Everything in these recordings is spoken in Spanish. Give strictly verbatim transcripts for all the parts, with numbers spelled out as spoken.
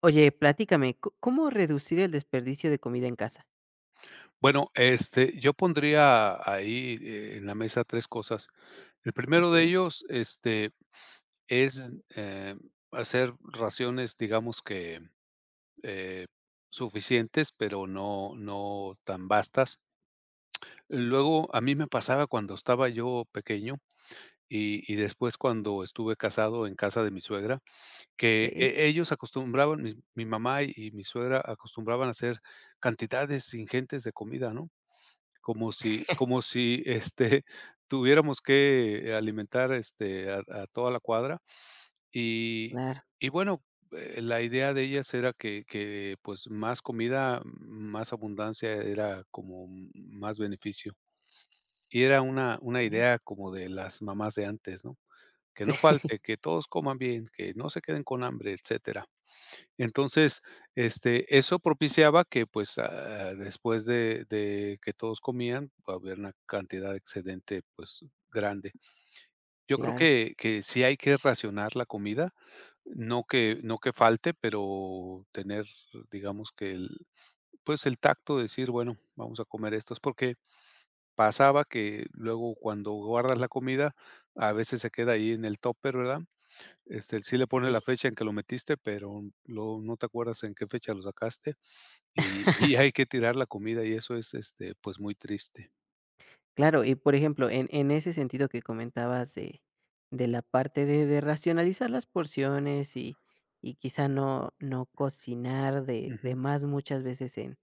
Oye, platícame, ¿có ¿cómo reducir el desperdicio de comida en casa? Bueno, este, yo pondría ahí, eh, en la mesa tres cosas. El primero de Okey, ellos, este, es, eh, hacer raciones, digamos que, eh, suficientes, pero no no tan vastas. Luego, a mí me pasaba cuando estaba yo pequeño y y después cuando estuve casado en casa de mi suegra, que okey. e ellos acostumbraban, mi mi mamá y y mi suegra acostumbraban a hacer cantidades ingentes de comida, ¿no? Como si como si, este, tuviéramos que alimentar, este, a a toda la cuadra. Y Claro, y bueno, eh, la idea de ellas era que que, pues, más comida, más abundancia, era como m- más beneficio. Y era una una eh, idea como de las mamás de antes, ¿no? Que no falte, sí, que todos coman bien, que no se queden con hambre, etcétera. Entonces, este, eso propiciaba que, pues, ah, después de de que todos comían, pues, había una cantidad de excedente, pues, grande. Yo creo claro, que que sí hay que racionar la comida, no que no que falte, pero tener, digamos que el, pues, el tacto de decir: "Bueno, vamos a comer esto". Es porque pasaba que luego cuando guardas la comida, a veces se queda ahí en el topper, ¿verdad? Este, sí le pones sí. la fecha en que lo metiste, pero luego no te acuerdas en qué fecha lo sacaste. Y y hay que tirar la comida, y eso es, este, pues, muy triste. Claro, y por ejemplo, en en ese sentido que comentabas de de la parte de de racionalizar las porciones y y quizá no no cocinar de de Ujú. más muchas veces en,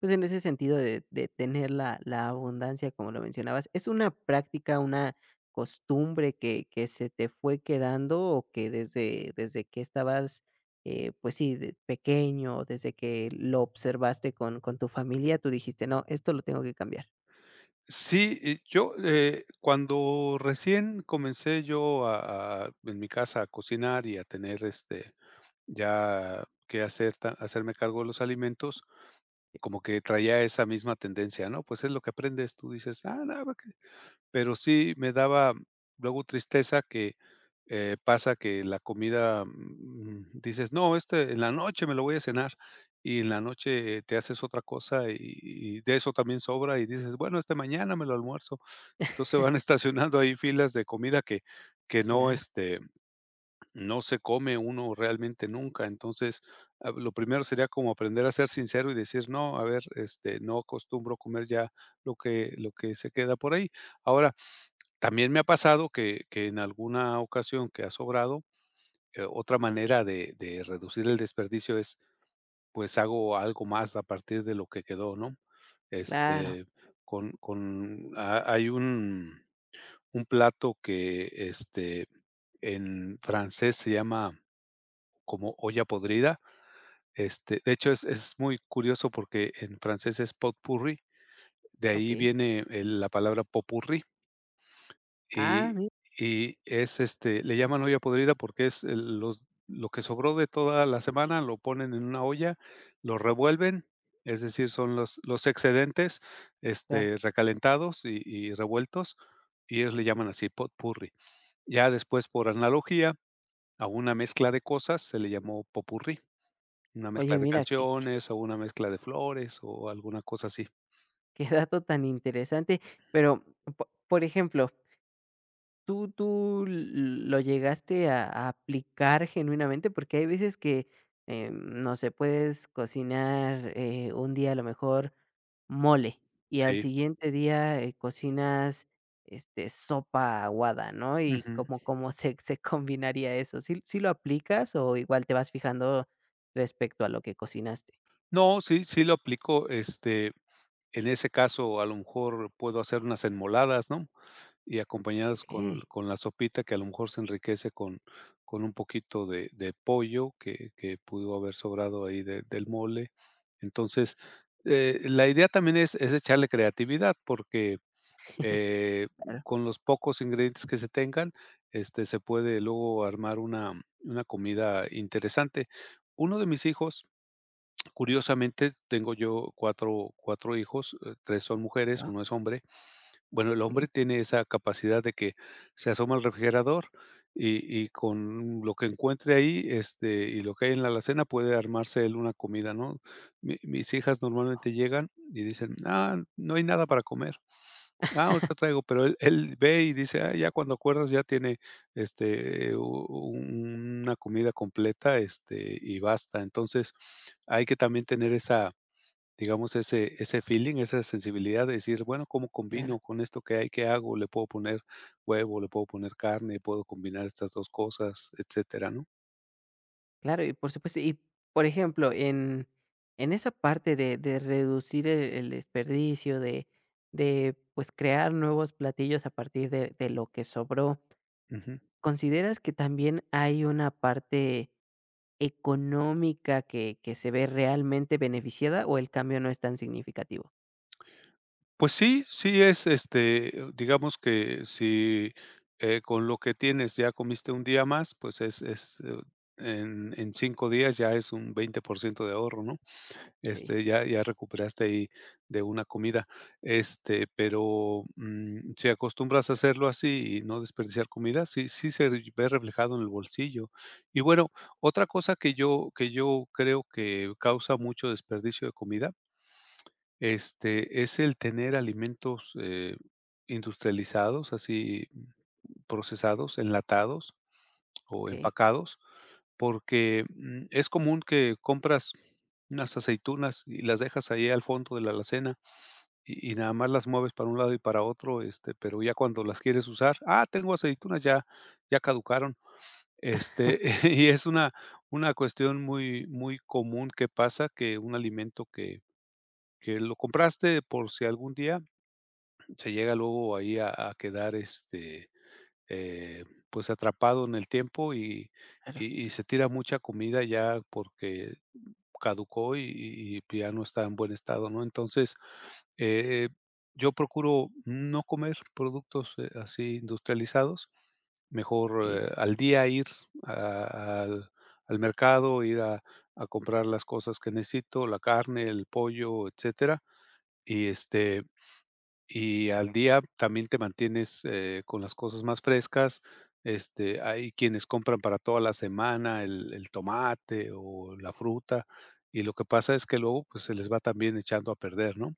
pues, en ese sentido de de tener la la abundancia, como lo mencionabas, ¿es una práctica, una costumbre que que se te fue quedando o que desde desde que estabas eh, pues sí, de pequeño, desde que lo observaste con, con tu familia, tú dijiste, no, esto lo tengo que cambiar. Sí, eh, yo, eh, cuando recién comencé yo a a en mi casa a cocinar y a tener, este, ya que hacer ta hacerme cargo de los alimentos, Sí. como que traía esa misma tendencia, ¿no? Pues, es lo que aprendes, tú dices: "Ah, no". Pero sí me daba luego tristeza que, eh, pasa que la comida, mm, dices: "No, este, en la noche me lo voy a cenar", y en la noche te haces otra cosa y y de eso también sobra, y dices: "Bueno, este, mañana me lo almuerzo". Entonces, van estacionando ahí filas de comida que que no, Claro, este, no se come uno realmente nunca. Entonces, ah, lo primero sería como aprender a ser sincero y decir: "No, a ver, este, no acostumbro comer ya lo que lo que se queda por ahí". Ahora, también me ha pasado que que en alguna ocasión que ha sobrado, eh, otra manera de de reducir el desperdicio es, pues, hago algo más a partir de lo que quedó, ¿no? claro, Este, con con ha hay un un plato que, este, en francés se llama como olla podrida. Este, de hecho, es es muy curioso porque en francés es pot pourri, de ahí okey. viene el la palabra pot-pourri. Ah, Y mira, y es, este, le llaman olla podrida porque es el los lo que sobró de toda la semana, lo ponen en una olla, lo revuelven, es decir, son los los excedentes, claro. este, recalentados y y revueltos, y ellos le llaman así potpurri. Ya después, por analogía, a una mezcla de cosas se le llamó popurrí, una Oye, mezcla de mira, qué canciones, o una mezcla de flores, o alguna cosa así. qué dato tan interesante, pero, po por ejemplo, ¿Tú tú lo llegaste a a aplicar genuinamente? Porque hay veces que, em, no sé, puedes cocinar, eh, un día a lo mejor mole, y al Sí, siguiente día, eh, cocinas, este, sopa aguada, ¿no? Y ujú. como ¿cómo se se combinaría eso? ¿Sí sí lo aplicas o igual te vas fijando respecto a lo que cocinaste? No, sí, sí lo aplico. Este En ese caso, a lo mejor puedo hacer unas enmoladas, ¿no? Y acompañadas Okey, con con la sopita que a lo mejor se enriquece con con un poquito de de pollo que que pudo haber sobrado ahí de del mole. Entonces, eh, la idea también es es echarle creatividad porque, eh, claro, con los pocos ingredientes que se tengan, este, se puede luego armar una una comida interesante. Uno de mis hijos Curiosamente, tengo yo cuatro cuatro hijos, eh, tres son mujeres, uno es hombre. Bueno, el okey, hombre tiene esa capacidad de que se asoma al refrigerador y y con lo que encuentre ahí, este, y lo que hay en la alacena puede armarse él una comida, ¿no? Mi mis hijas normalmente llegan y dicen: "Ah, no hay nada para comer". Ah, ahorita traigo, pero él él ve y dice: "Ah, ya cuando acuerdas ya tiene, este, u una comida completa, este, y basta". Entonces, hay que también tener esa, digamos, ese ese feeling, esa sensibilidad de decir: "Bueno, ¿cómo claro. combino con esto que hay? ¿Qué hago? ¿Le puedo poner huevo? ¿Le puedo poner carne? ¿Puedo combinar estas dos cosas?", etcétera, ¿no? Claro, y por supuesto, y por ejemplo, en en esa parte de de reducir el el desperdicio, de de, pues, crear nuevos platillos a partir de de lo que sobró, Ujú. ¿consideras que también hay una parte económica que que se ve realmente beneficiada, o el cambio no es tan significativo? Pues sí, sí es, este, digamos que si, eh, con lo que tienes ya comiste un día más, pues es es, eh, en en cinco días ya es un veinte por ciento de ahorro, ¿no? Sí, Este, ya ya recuperaste ahí de una comida. Este, pero, mm, si acostumbras a hacerlo así y no desperdiciar comida, sí sí se ve reflejado en el bolsillo. Y bueno, otra cosa que yo que yo creo que causa mucho desperdicio de comida, este, es el tener alimentos, eh, industrializados, así procesados, enlatados o okey, empacados, porque, mm, es común que compras unas aceitunas y las dejas ahí al fondo de la alacena y y nada más las mueves para un lado y para otro, este, pero ya cuando las quieres usar: "Ah, tengo aceitunas, ya ya caducaron". Este, y es una una cuestión muy muy común que pasa, que un alimento que que lo compraste por si algún día se llega luego ahí a, a quedar, este eh, pues atrapado en el tiempo y, claro, y- y se tira mucha comida ya porque caducó y, y- y ya no está en buen estado, ¿no? Entonces, eh, yo procuro no comer productos, eh, así industrializados. Mejor, okey, eh, al día ir a- al, al mercado, ir a, a comprar las cosas que necesito, la carne, el pollo, etcétera, y este y al día también te mantienes, eh, con las cosas más frescas. Este, hay quienes compran para toda la semana el el tomate o la fruta, y lo que pasa es que luego, pues, se les va también echando a perder, ¿no?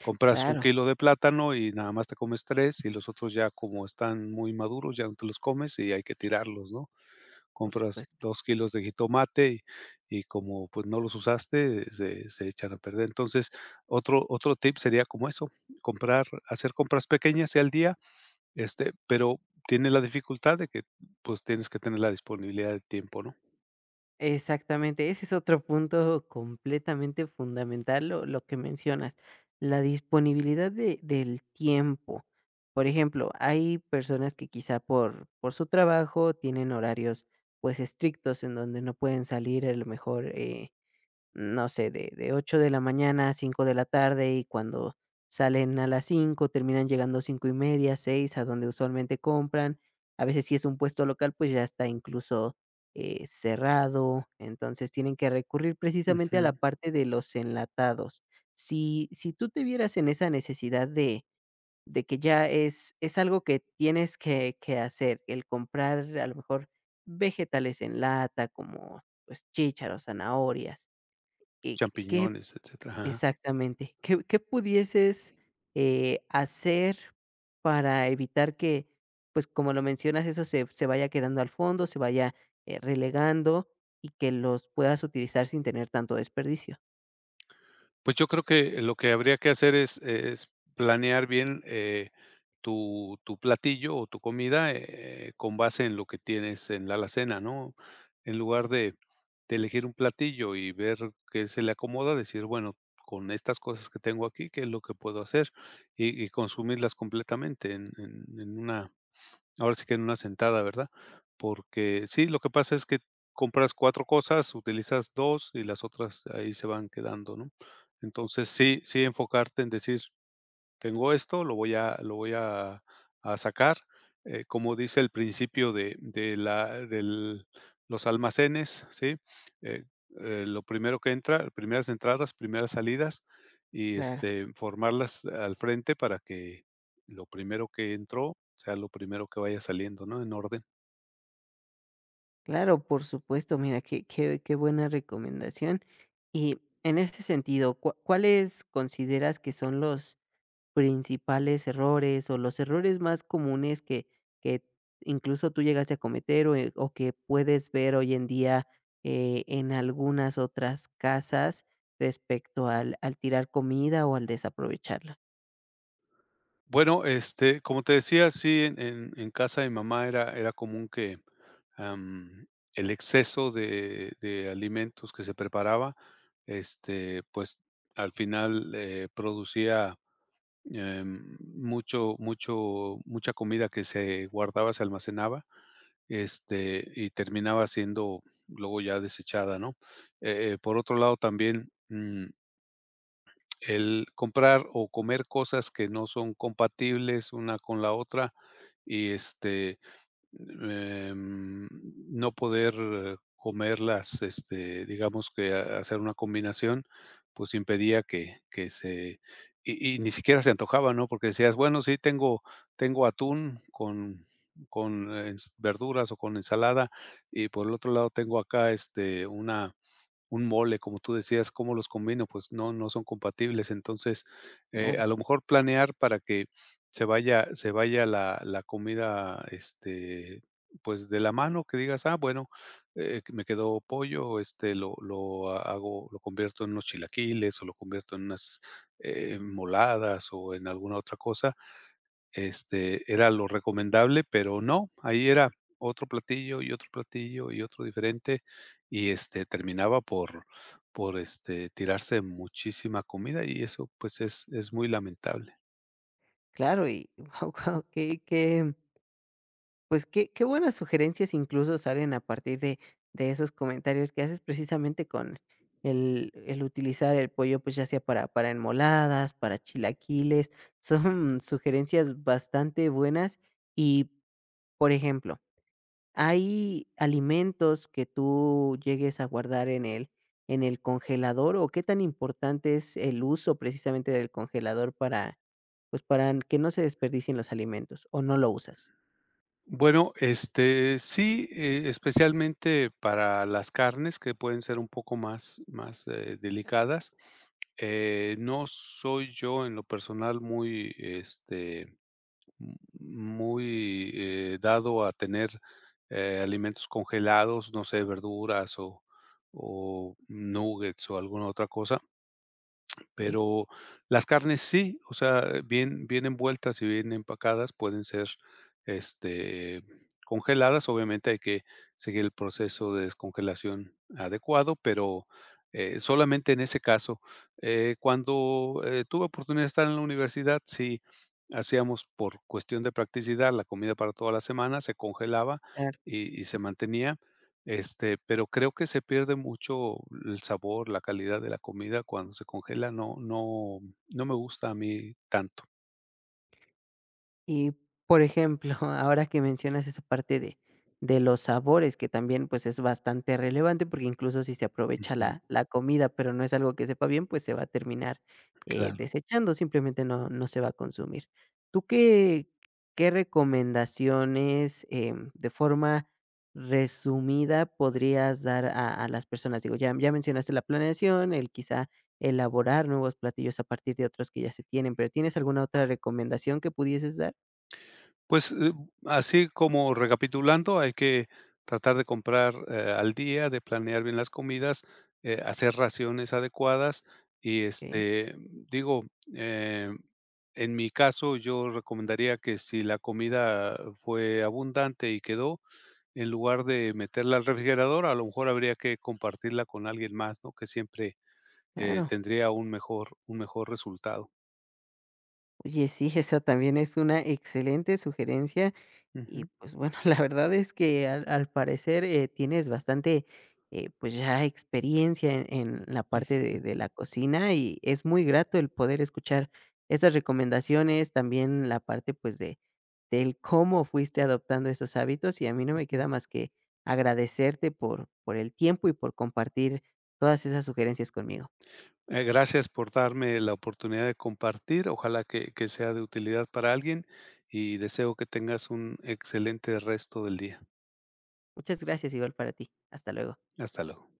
Compras un claro, kilo de plátano y nada más te comes tres y los otros, ya como están muy maduros, ya no te los comes y hay que tirarlos, ¿no? por Compras supuesto. dos kilos de jitomate y y como, pues, no los usaste, se se echan a perder. Entonces, otro otro tip sería como eso: comprar hacer compras pequeñas y al día. Este, pero tiene la dificultad de que, pues, tienes que tener la disponibilidad de tiempo, ¿no? Exactamente, ese es otro punto completamente fundamental, lo, lo que mencionas, la disponibilidad de- del tiempo. Por ejemplo, hay personas que quizá por, por su trabajo tienen horarios pues estrictos en donde no pueden salir a lo mejor, eh, no sé, de de ocho de la mañana a cinco de la tarde, y cuando salen a las cinco terminan llegando cinco y media, seis a donde usualmente compran. A veces, si es un puesto local, pues, ya está incluso, eh, cerrado. Entonces, tienen que recurrir precisamente Ujú, a la parte de los enlatados. Si si tú te vieras en esa necesidad de de que ya es es algo que tienes que que hacer, el comprar, a lo mejor, vegetales en lata, como, pues, chícharos, zanahorias, eh, ¿qué champiñones, etcétera, ajá. exactamente? ¿Qué qué pudieses, eh, hacer para evitar que, pues, como lo mencionas, eso se se vaya quedando al fondo, se vaya, eh, relegando y que los puedas utilizar sin tener tanto desperdicio? Pues yo creo que lo que habría que hacer es es planear bien, eh, tu tu platillo o tu comida, eh, con base en lo que tienes en la alacena, ¿no? En lugar de de elegir un platillo y ver qué se le acomoda, decir: bueno, con estas cosas que tengo aquí, ¿qué es lo que puedo hacer? Y y consumirlas completamente en en en una ahora sí que en una sentada, ¿verdad? Porque sí, lo que pasa es que compras cuatro cosas, utilizas dos y las otras ahí se van quedando, ¿no? Entonces, sí sí enfocarte en decir: tengo esto, lo voy a lo voy a a sacar, eh, como dice el principio de de la del los almacenes, ¿sí? Eh, eh, lo primero que entra, primeras entradas, primeras salidas, y, Claro, este, formarlas al frente para que lo primero que entró sea lo primero que vaya saliendo, ¿no? En orden. claro, por supuesto. Mira, qué qué qué buena recomendación. Y en ese sentido, ¿cua cuáles consideras que son los principales errores o los errores más comunes que que incluso tú llegaste a cometer o, eh, o que puedes ver hoy en día, eh, en algunas otras casas respecto al al tirar comida o al desaprovecharla? Bueno, este, como te decía, sí, en en en casa de mi mamá era era común que, am, el exceso de de alimentos que se preparaba, este, pues, al final, eh, producía, em, mucho mucho mucha comida que se guardaba, se almacenaba, este, y terminaba siendo luego ya desechada, ¿no? Eh eh, por otro lado, también, mm, el comprar o comer cosas que no son compatibles una con la otra y, este, em, no poder, eh, comerlas, este, digamos que ha hacer una combinación, pues impedía que que se y y ni siquiera se antojaba, ¿no? Porque decías: "Bueno, sí, tengo tengo atún con con, eh, ens- verduras o con ensalada, y por el otro lado tengo acá, este, una un mole, como tú decías, ¿cómo los combino? Pues no, no son compatibles". Entonces, eh, Claro, a lo mejor planear para que se vaya, se vaya la, la comida, este, pues de la mano. Que digas: "Ah, bueno, eh, que me quedó pollo, este, lo, lo hago, lo convierto en unos chilaquiles o lo convierto en unas, eh, moladas o en alguna otra cosa". Este, era lo recomendable, pero no, ahí era otro platillo, y otro platillo, y otro diferente, y, este, terminaba por por, este, tirarse muchísima comida. Y eso, pues, es es muy lamentable. claro, y guau, guau, qué Pues qué, qué buenas sugerencias incluso salen a partir de, de esos comentarios que haces precisamente con el, el utilizar el pollo, pues ya sea para, para enmoladas, para chilaquiles, son sugerencias bastante buenas y, por ejemplo, ¿hay alimentos que tú llegues a guardar en el, en el congelador o qué tan importante es el uso precisamente del congelador para, pues para que no se desperdicien los alimentos o no lo usas? Bueno, este, sí, eh, especialmente para las carnes, que pueden ser un poco más más, eh, delicadas. Eh, no soy yo en lo personal muy, este Muy, eh, dado a tener, eh, alimentos congelados, no sé, verduras o o nuggets o alguna otra cosa. ¿Sí? Pero las carnes sí, o sea, bien bien envueltas y bien empacadas pueden ser, este, congeladas. Obviamente hay que seguir el proceso de descongelación adecuado, pero, eh, solamente en ese caso. Eh, cuando, eh, tuve oportunidad de estar en la universidad, sí hacíamos por cuestión de practicidad la comida para toda la semana, se congelaba y y se mantenía. Este, pero creo que se pierde mucho el sabor, la calidad de la comida cuando se congela, no no no me gusta a mí tanto. Y, por ejemplo, ahora que mencionas esa parte de de los sabores, que también, pues, es bastante relevante, porque incluso si se aprovecha Ujú. la la comida, pero no es algo que sepa bien, pues, se va a terminar, eh, Claro. desechando, simplemente no no se va a consumir. ¿Tú qué qué recomendaciones, em, de forma resumida podrías dar a a las personas? Digo, ya ya mencionaste la planeación, el quizá elaborar nuevos platillos a partir de otros que ya se tienen, pero, ¿tienes alguna otra recomendación que pudieses dar? Pues, eh, así como recapitulando, hay que tratar de comprar, eh, al día, de planear bien las comidas, eh, hacer raciones adecuadas y, Okey, este, digo, eh, en mi caso, yo recomendaría que si la comida fue abundante y quedó, en lugar de meterla al refrigerador, a lo mejor habría que compartirla con alguien más, ¿no? Que siempre, eh, claro. tendría un mejor un mejor resultado. Oye, sí, esa también es una excelente sugerencia y, Ujú, pues, bueno, la verdad es que al al parecer, eh, tienes bastante, eh, pues, ya experiencia en en la parte de de la cocina y es muy grato el poder escuchar esas recomendaciones, también la parte, pues, de del cómo fuiste adoptando esos hábitos, y a mí no me ujú. queda más que agradecerte por por el tiempo y por compartir todas esas sugerencias conmigo. Eh, gracias por darme la oportunidad de compartir. Ojalá que que sea de utilidad para alguien y deseo que tengas un excelente resto del día. Muchas gracias, igual para ti. Hasta luego. Hasta luego.